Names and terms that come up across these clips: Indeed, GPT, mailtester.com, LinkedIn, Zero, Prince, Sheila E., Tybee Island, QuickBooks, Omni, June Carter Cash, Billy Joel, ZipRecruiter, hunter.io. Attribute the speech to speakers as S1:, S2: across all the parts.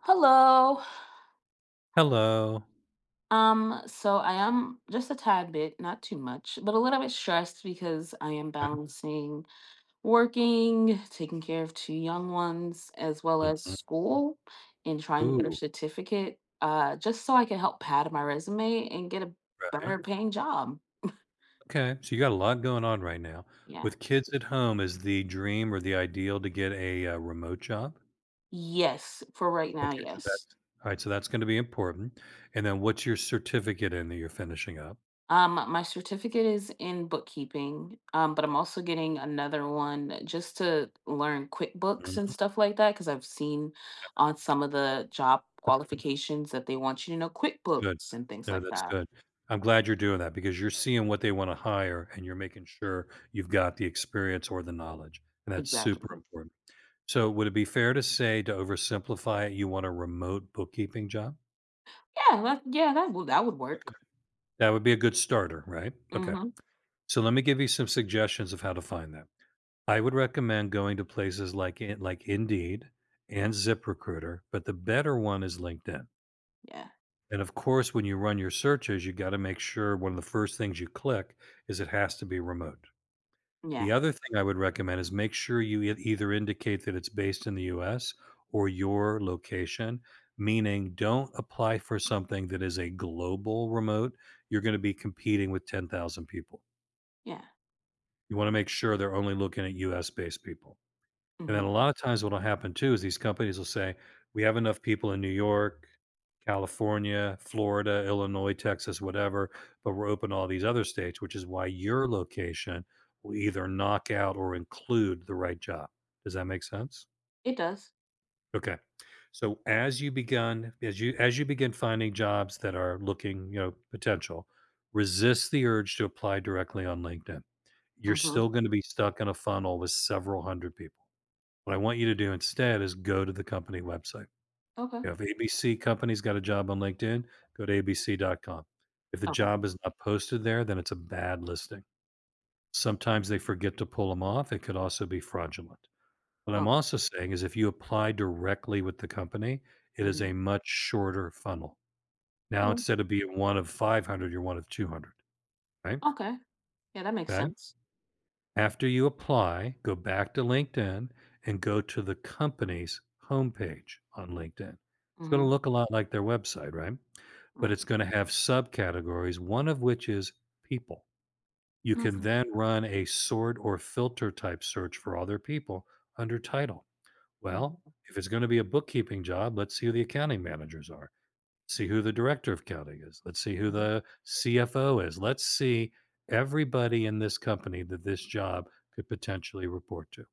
S1: Hello.
S2: Hello.
S1: So I am just a tad bit, not too much, but a little bit stressed because I am
S2: Okay.
S1: balancing working, taking care of two young ones, as well as
S2: Mhm.
S1: school and trying to get a
S2: Ooh,
S1: certificate, just so I can help pad my resume and get a
S2: right.
S1: better paying job.
S2: Okay, so you got a lot going on right now.
S1: Yeah.
S2: With kids at home, is the dream or the ideal to get a, remote job?
S1: Yes, for right now,
S2: Okay, so
S1: yes.
S2: that's alright, so that's gonna be important, and then what's your certificate in that you're finishing up?
S1: My certificate is in bookkeeping, but I'm also getting another one just to learn QuickBooks and
S2: Mhm.
S1: stuff like that because I've seen on some of the job
S2: Okay,
S1: qualifications that they want you to know
S2: that's good.
S1: QuickBooks and things
S2: No,
S1: like
S2: that's
S1: that.
S2: good. I'm glad you're doing that because you're seeing what they wanna hire, and you're making sure you've got the experience or the knowledge, and that's super
S1: Exactly.
S2: important. So, would it be fair to say, to oversimplify it, you want a remote bookkeeping job?
S1: Yeah, that would that would work.
S2: That would be a good starter, right? Okay.
S1: Mm-hmm.
S2: So let me give you some suggestions of how to find them. I would recommend going to places like Indeed and ZipRecruiter, but the better one is LinkedIn.
S1: Yeah,
S2: And of course, when you run your searches, you got to make sure one of the first things you click is it has to be remote.
S1: yeah,
S2: The other thing I would recommend is make sure you either indicate that it's based in the US or your location, meaning don't apply for something that is a global remote. You're going to be competing with 10,000 people.
S1: yeah.
S2: You wanna make sure they're only looking at US-based people, and then
S1: Mm-hmm.
S2: a lot of times what'll happen too is these companies will say, "We have enough people in New York, California, Florida, Illinois, Texas, whatever, but we're open to all these other states," which is why your location will either knock out or include the right job. Does that make sense?
S1: It does.
S2: Okay. So as you begun as you begin finding jobs that are looking, you know, potential, resist the urge to apply directly on LinkedIn. You're
S1: Mm-hmm.
S2: still going to be stuck in a funnel with several hundred people. What I want you to do instead is go to the company website.
S1: Okay.
S2: You know, if ABC company's got a job on LinkedIn, go to abc.com. If the
S1: Okay.
S2: job is not posted there, then it's a bad listing. Sometimes they forget to pull them off. It could also be fraudulent. What I'm
S1: Okay.
S2: also saying is if you apply directly with the company, it is
S1: Mm-hmm.
S2: a much shorter funnel. Now,
S1: Yeah.
S2: instead of being one of 500, you're one of 200, right?
S1: Okay. Yeah, that makes
S2: Okay.
S1: sense.
S2: After you apply, go back to LinkedIn and go to the company's homepage on LinkedIn. It's going to
S1: Mm-hmm.
S2: look a lot like their website, right? But
S1: Yeah.
S2: it's going to have subcategories, one of which is people. You can
S1: Okay.
S2: then run a sort or filter type search for other people under title. Well,
S1: Mm-hmm.
S2: if it's gonna be a bookkeeping job, let's see who the accounting managers are. See who the director of accounting is. Let's see who
S1: Mm-hmm.
S2: the CFO is. Let's see everybody in this company that this job could potentially report to.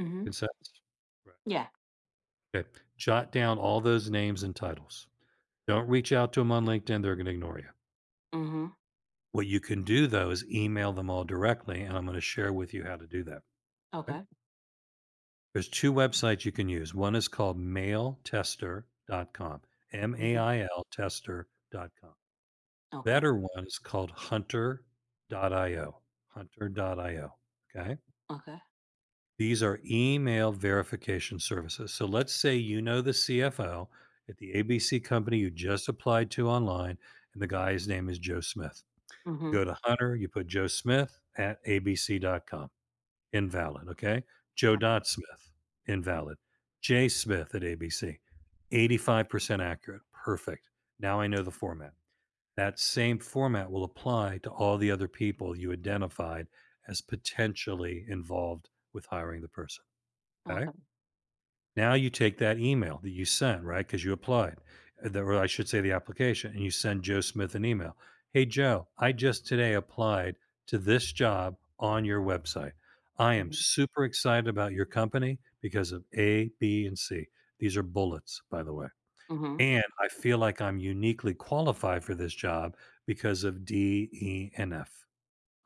S1: Mm-hmm.
S2: Consensus? Right.
S1: Yeah.
S2: Okay. Jot down all those names and titles. Don't reach out to them on LinkedIn, they're gonna ignore you.
S1: Mm-hmm.
S2: What you can do, though, is email them all directly, and I'm gonna share with you how to do that, 'kay?
S1: Okay.
S2: There's two websites you can use. One is called mailtester.com,
S1: Mhm.
S2: MAIL tester.com.
S1: Okay.
S2: Better one is called hunter.io, hunter.io. Okay.
S1: Okay.
S2: These are email verification services. So let's say you know the CFO at the ABC company you just applied to online, and the guy's name is Joe Smith. You
S1: Mhm.
S2: go to Hunter, you put Joe Smith at abc.com invalid. Okay. Joe Dodd Smith, invalid. Jay Smith at ABC, 85% accurate. Perfect. Now I know the format. That same format will apply to all the other people you identified as potentially involved with hiring the person. Okay.
S1: Okay.
S2: Now you take that email that you sent, right? Because you applied, or I should say the application, and you send Joe Smith an email. Hey, Joe, I just today applied to this job on your website. I am
S1: Mhm.
S2: super excited about your company because of A, B, and C. These are bullets, by the way.
S1: Mhm.
S2: And I feel like I'm uniquely qualified for this job because of D, E, and F.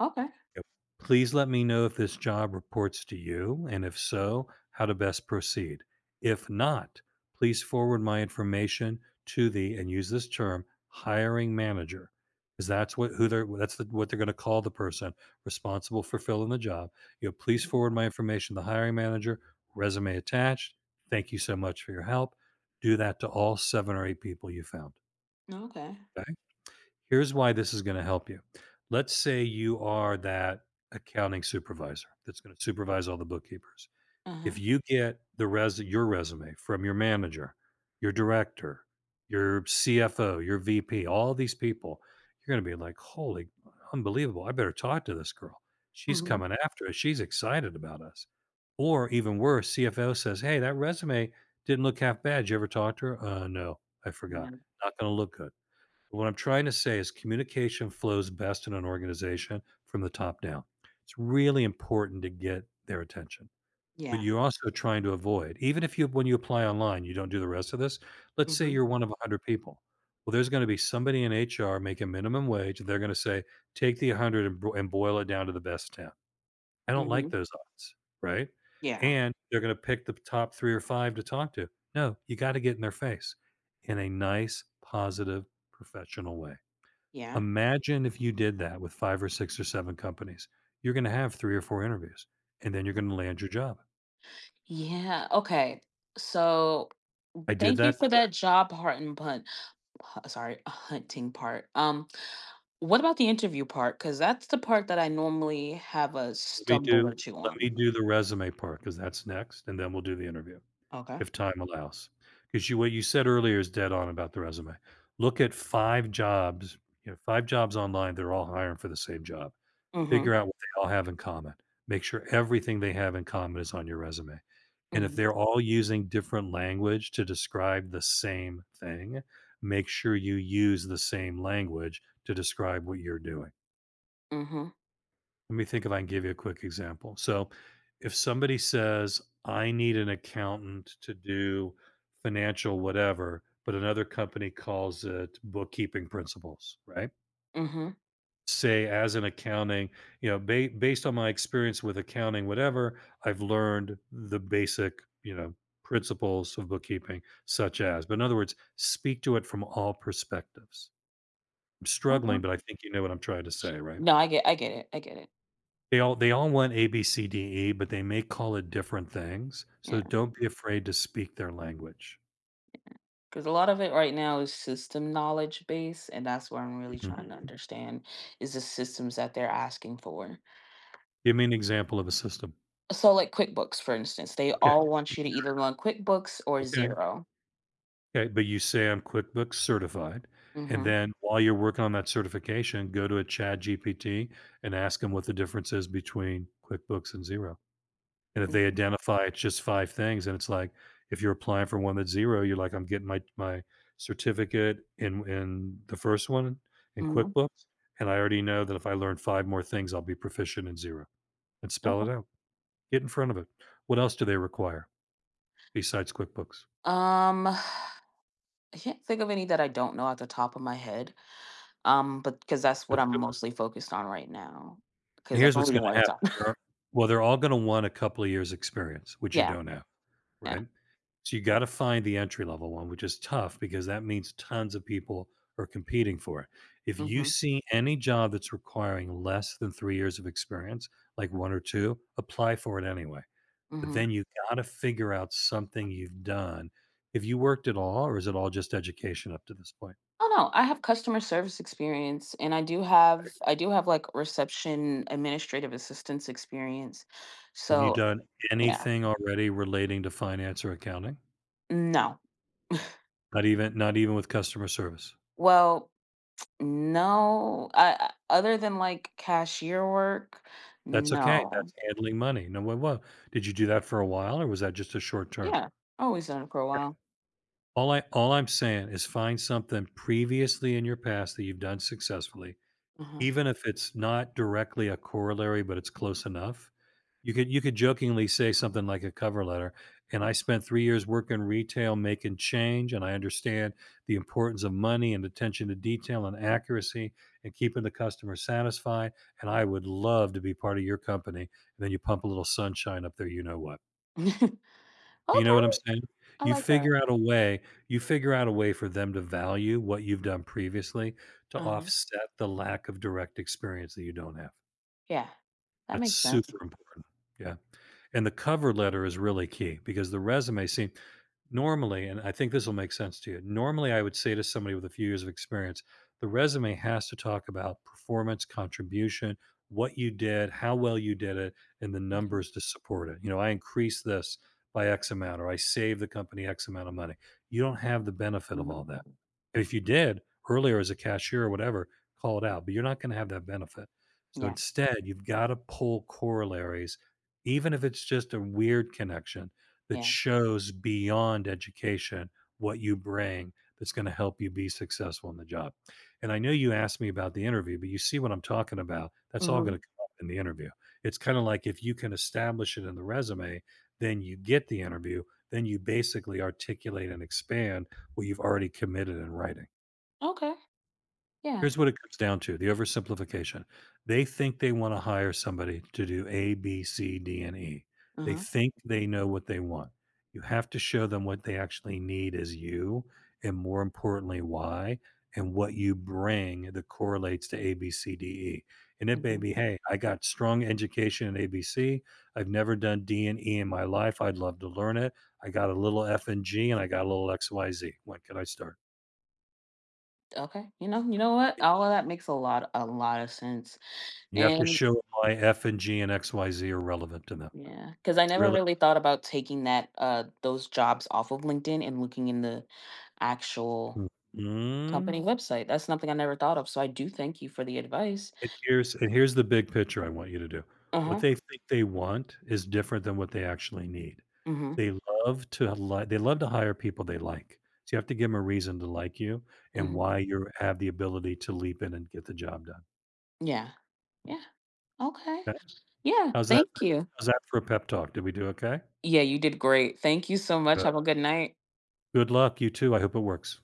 S1: Okay.
S2: Yep. Please let me know if this job reports to you, and if so, how to best proceed. If not, please forward my information to the, and use this term, hiring manager, because that's what who they're that's the, what they're going to call the person responsible for filling the job. You know, please forward
S1: Mhm.
S2: my information to the hiring manager, resume attached. Thank you so much for your help. Do that to all seven or eight people you found.
S1: Okay.
S2: Okay. Here's why this is going to help you. Let's say you are that accounting supervisor that's going to supervise all the bookkeepers. If
S1: Uh-huh.
S2: you get the res your resume from your manager, your director, your CFO, your VP, all these people, you're going to be like, "Holy, unbelievable! I better talk to this girl. She's
S1: Mhm.
S2: coming after us. She's excited about us." Or even worse, CFO says, "Hey, that resume didn't look half bad. Did you ever talk to her? No, I forgot.
S1: Mhm.
S2: Not going to look good." What I'm trying to say is communication flows best in an organization from the top down. It's really important to get their attention. But
S1: Yeah.
S2: you're also trying to avoid, even if you when you apply online, you don't do the rest of this. Let's say you're one
S1: Mhm.
S2: of 100 people. Well, there's going to be somebody in HR making minimum wage. They're going to say, take the 100 and, boil it down to the best 10. I don't like
S1: Mhm.
S2: those odds, right?
S1: Yeah.
S2: And they're going to pick the top three or five to talk to. No, you got to get in their face in a nice, positive, professional way.
S1: Yeah.
S2: Imagine if you did that with 5 or 6 or 7 companies. You're gonna have 3 or 4 interviews, and then you're gonna land your job.
S1: Yeah. Okay. So,
S2: I did
S1: thank you
S2: that
S1: for
S2: quick.
S1: that job heart and punt. Sorry, hunting part. What about the interview part? Because that's the part that I normally have a
S2: Let me
S1: stumble or
S2: do
S1: two
S2: let me
S1: on.
S2: do the resume part because that's next, and then we'll do the interview
S1: Okay.
S2: if time allows. Because you what you said earlier is dead on about the resume. Look at 5 jobs, you know, 5 jobs online, they're all hiring for the same job.
S1: Mm-hmm.
S2: Figure out what they all have in common. Make sure everything they have in common is on your resume. And if
S1: Mm-hmm.
S2: they're all using different language to describe the same thing, make sure you use the same language to describe what you're doing.
S1: Mm-hmm.
S2: Let me think if I can give you a quick example. So, if somebody says, I need an accountant to do financial whatever, but another company calls it bookkeeping principles, right?
S1: Mm-hmm.
S2: Say as an accounting, you know, based on my experience with accounting, whatever, I've learned the basic, you know, principles of bookkeeping, such as, but in other words, speak to it from all perspectives. I'm struggling, but I
S1: Okay.
S2: think you know what I'm trying to say, right?
S1: No, I get. I get it. I get it.
S2: They all want A, B, C, D, E, but they may call it different things. So
S1: Yeah.
S2: don't be afraid to speak their language.
S1: 'Cause a lot of it right now is system knowledge base, and that's what I'm really
S2: Mhm.
S1: trying to understand is the systems that they're asking for.
S2: Give me an example of a system.
S1: So, like QuickBooks, for instance, they
S2: Okay.
S1: all want you to
S2: Sure.
S1: either run QuickBooks or
S2: Okay.
S1: zero.
S2: Okay, but you say, "I'm QuickBooks certified," and
S1: Mhm.
S2: then while you're working on that certification, go to a GPT and ask 'em what the difference is between QuickBooks and Zero. And if they
S1: Mhm.
S2: identify it's just 5 things, and it's like, if you're applying for one that's 0 you're like, "I'm getting my certificate in the first one in
S1: Mhm.
S2: QuickBooks, and I already know that if I learn 5 more things, I'll be proficient in Zero. And spell
S1: Okay.
S2: it out. Get in front of it. What else do they require besides QuickBooks?
S1: Um, I can't think of any that I don't know at the top of my head. But because that's what
S2: That's
S1: I'm
S2: good.
S1: mostly focused on right now.
S2: And
S1: Because I
S2: here's
S1: can
S2: what's
S1: only do
S2: gonna
S1: one at a
S2: happen.
S1: time.
S2: They're well, they're all gonna want a couple of years experience, which you
S1: Yeah.
S2: don't have,
S1: Yeah.
S2: right? So you gotta find the entry level one, which is tough because that means tons of people are competing for it. If you
S1: Hmm.
S2: see any job that's requiring less than 3 years of experience, like 1 or 2, apply for it anyway. But
S1: Hmm.
S2: then you gotta figure out something you've done. Have you worked at all, or is it all just education up to this point?
S1: Oh, no, I have customer service experience and I do have, like, reception administrative assistance experience.
S2: Have you
S1: So,
S2: done
S1: yeah,
S2: anything already relating to finance or accounting?
S1: no.
S2: Not even with customer service?
S1: Well, no, I other than, like, cashier work,
S2: That's okay,
S1: no.
S2: that's handling money. No, what wha did you do that for a while, or was that just a short term?
S1: Yeah, I always done it for a while.
S2: All I'm saying is find something previously in your past that you've done successfully,
S1: Uh-huh.
S2: even if it's not directly a corollary, but it's close enough, you could jokingly say something like a cover letter, and I spent 3 years working retail making change, and I understand the importance of money and attention to detail and accuracy and keeping the customer satisfied, and I would love to be part of your company. And then you pump a little sunshine up there. You know what. You know what
S1: Okay,
S2: I'm saying?
S1: I
S2: You
S1: like that.
S2: figure out a way you figure out a way for them to value what you've done previously to
S1: Uh-huh.
S2: offset the lack of direct experience that you don't have.
S1: Yeah, that
S2: That's
S1: makes sense.
S2: super important. Yeah. And the cover letter is really key because the resume, see, normally, and I think this will make sense to you. Normally, I would say to somebody with a few years of experience, the resume has to talk about performance, contribution, what you did, how well you did it, and the
S1: Mhm,
S2: numbers to support it. You know, I increased this by X amount, or I saved the company X amount of money. You don't have the benefit of
S1: mhm.
S2: all that. And if you did earlier as a cashier or whatever, call it out, but you're not going to have that benefit. So
S1: Yeah,
S2: instead, you've got to pull corollaries, even if it's just a weird connection that
S1: yeah.
S2: shows beyond education what you bring that's going to help you be successful in the job. And I know you asked me about the interview, but you see what I'm talking about. That's all going
S1: Mhm.
S2: to come up in the interview. It's kind of like if you can establish it in the resume, then you get the interview, then you basically articulate and expand what you've already committed in writing.
S1: Okay, yeah.
S2: Here's what it comes down to the oversimplification. They think they want to hire somebody to do A, B, C, D, and E. They
S1: Uh-huh,
S2: think they know what they want. You have to show them what they actually need as you, and more importantly, why, and what you bring that correlates to A, B, C, D, E. And it may
S1: mhm.
S2: be, hey, I got strong education in A, B, have never done D and E in my life. I'd love to learn it. I got a little F and G, and I got a little X, Y, Z. When can I start?
S1: Okay, you know what? All of that makes a lot of sense,
S2: You have to
S1: and
S2: show why F and G and XYZ are relevant to them.
S1: yeah, because I
S2: It's
S1: never
S2: really
S1: really thought about taking that, those jobs off of LinkedIn and looking in the actual
S2: mhm.
S1: company website. That's something I never thought of, so I do thank you for the advice.
S2: And here's the big picture I want you to do. What
S1: Uh-huh,
S2: they think they want is different than what they actually need.
S1: mhm,
S2: They they love to hire people they like. So you have to give them a reason to like you and why
S1: mhm.
S2: you have the ability to leap in and get the job done.
S1: Yeah. Yeah, okay.
S2: Okay?
S1: Yeah,
S2: How's that
S1: thank you.
S2: how's that for a pep talk? Did we do okay?
S1: Yeah, you did great. Thank you so much.
S2: Good.
S1: Have a good night.
S2: Good luck. You too. I hope it works.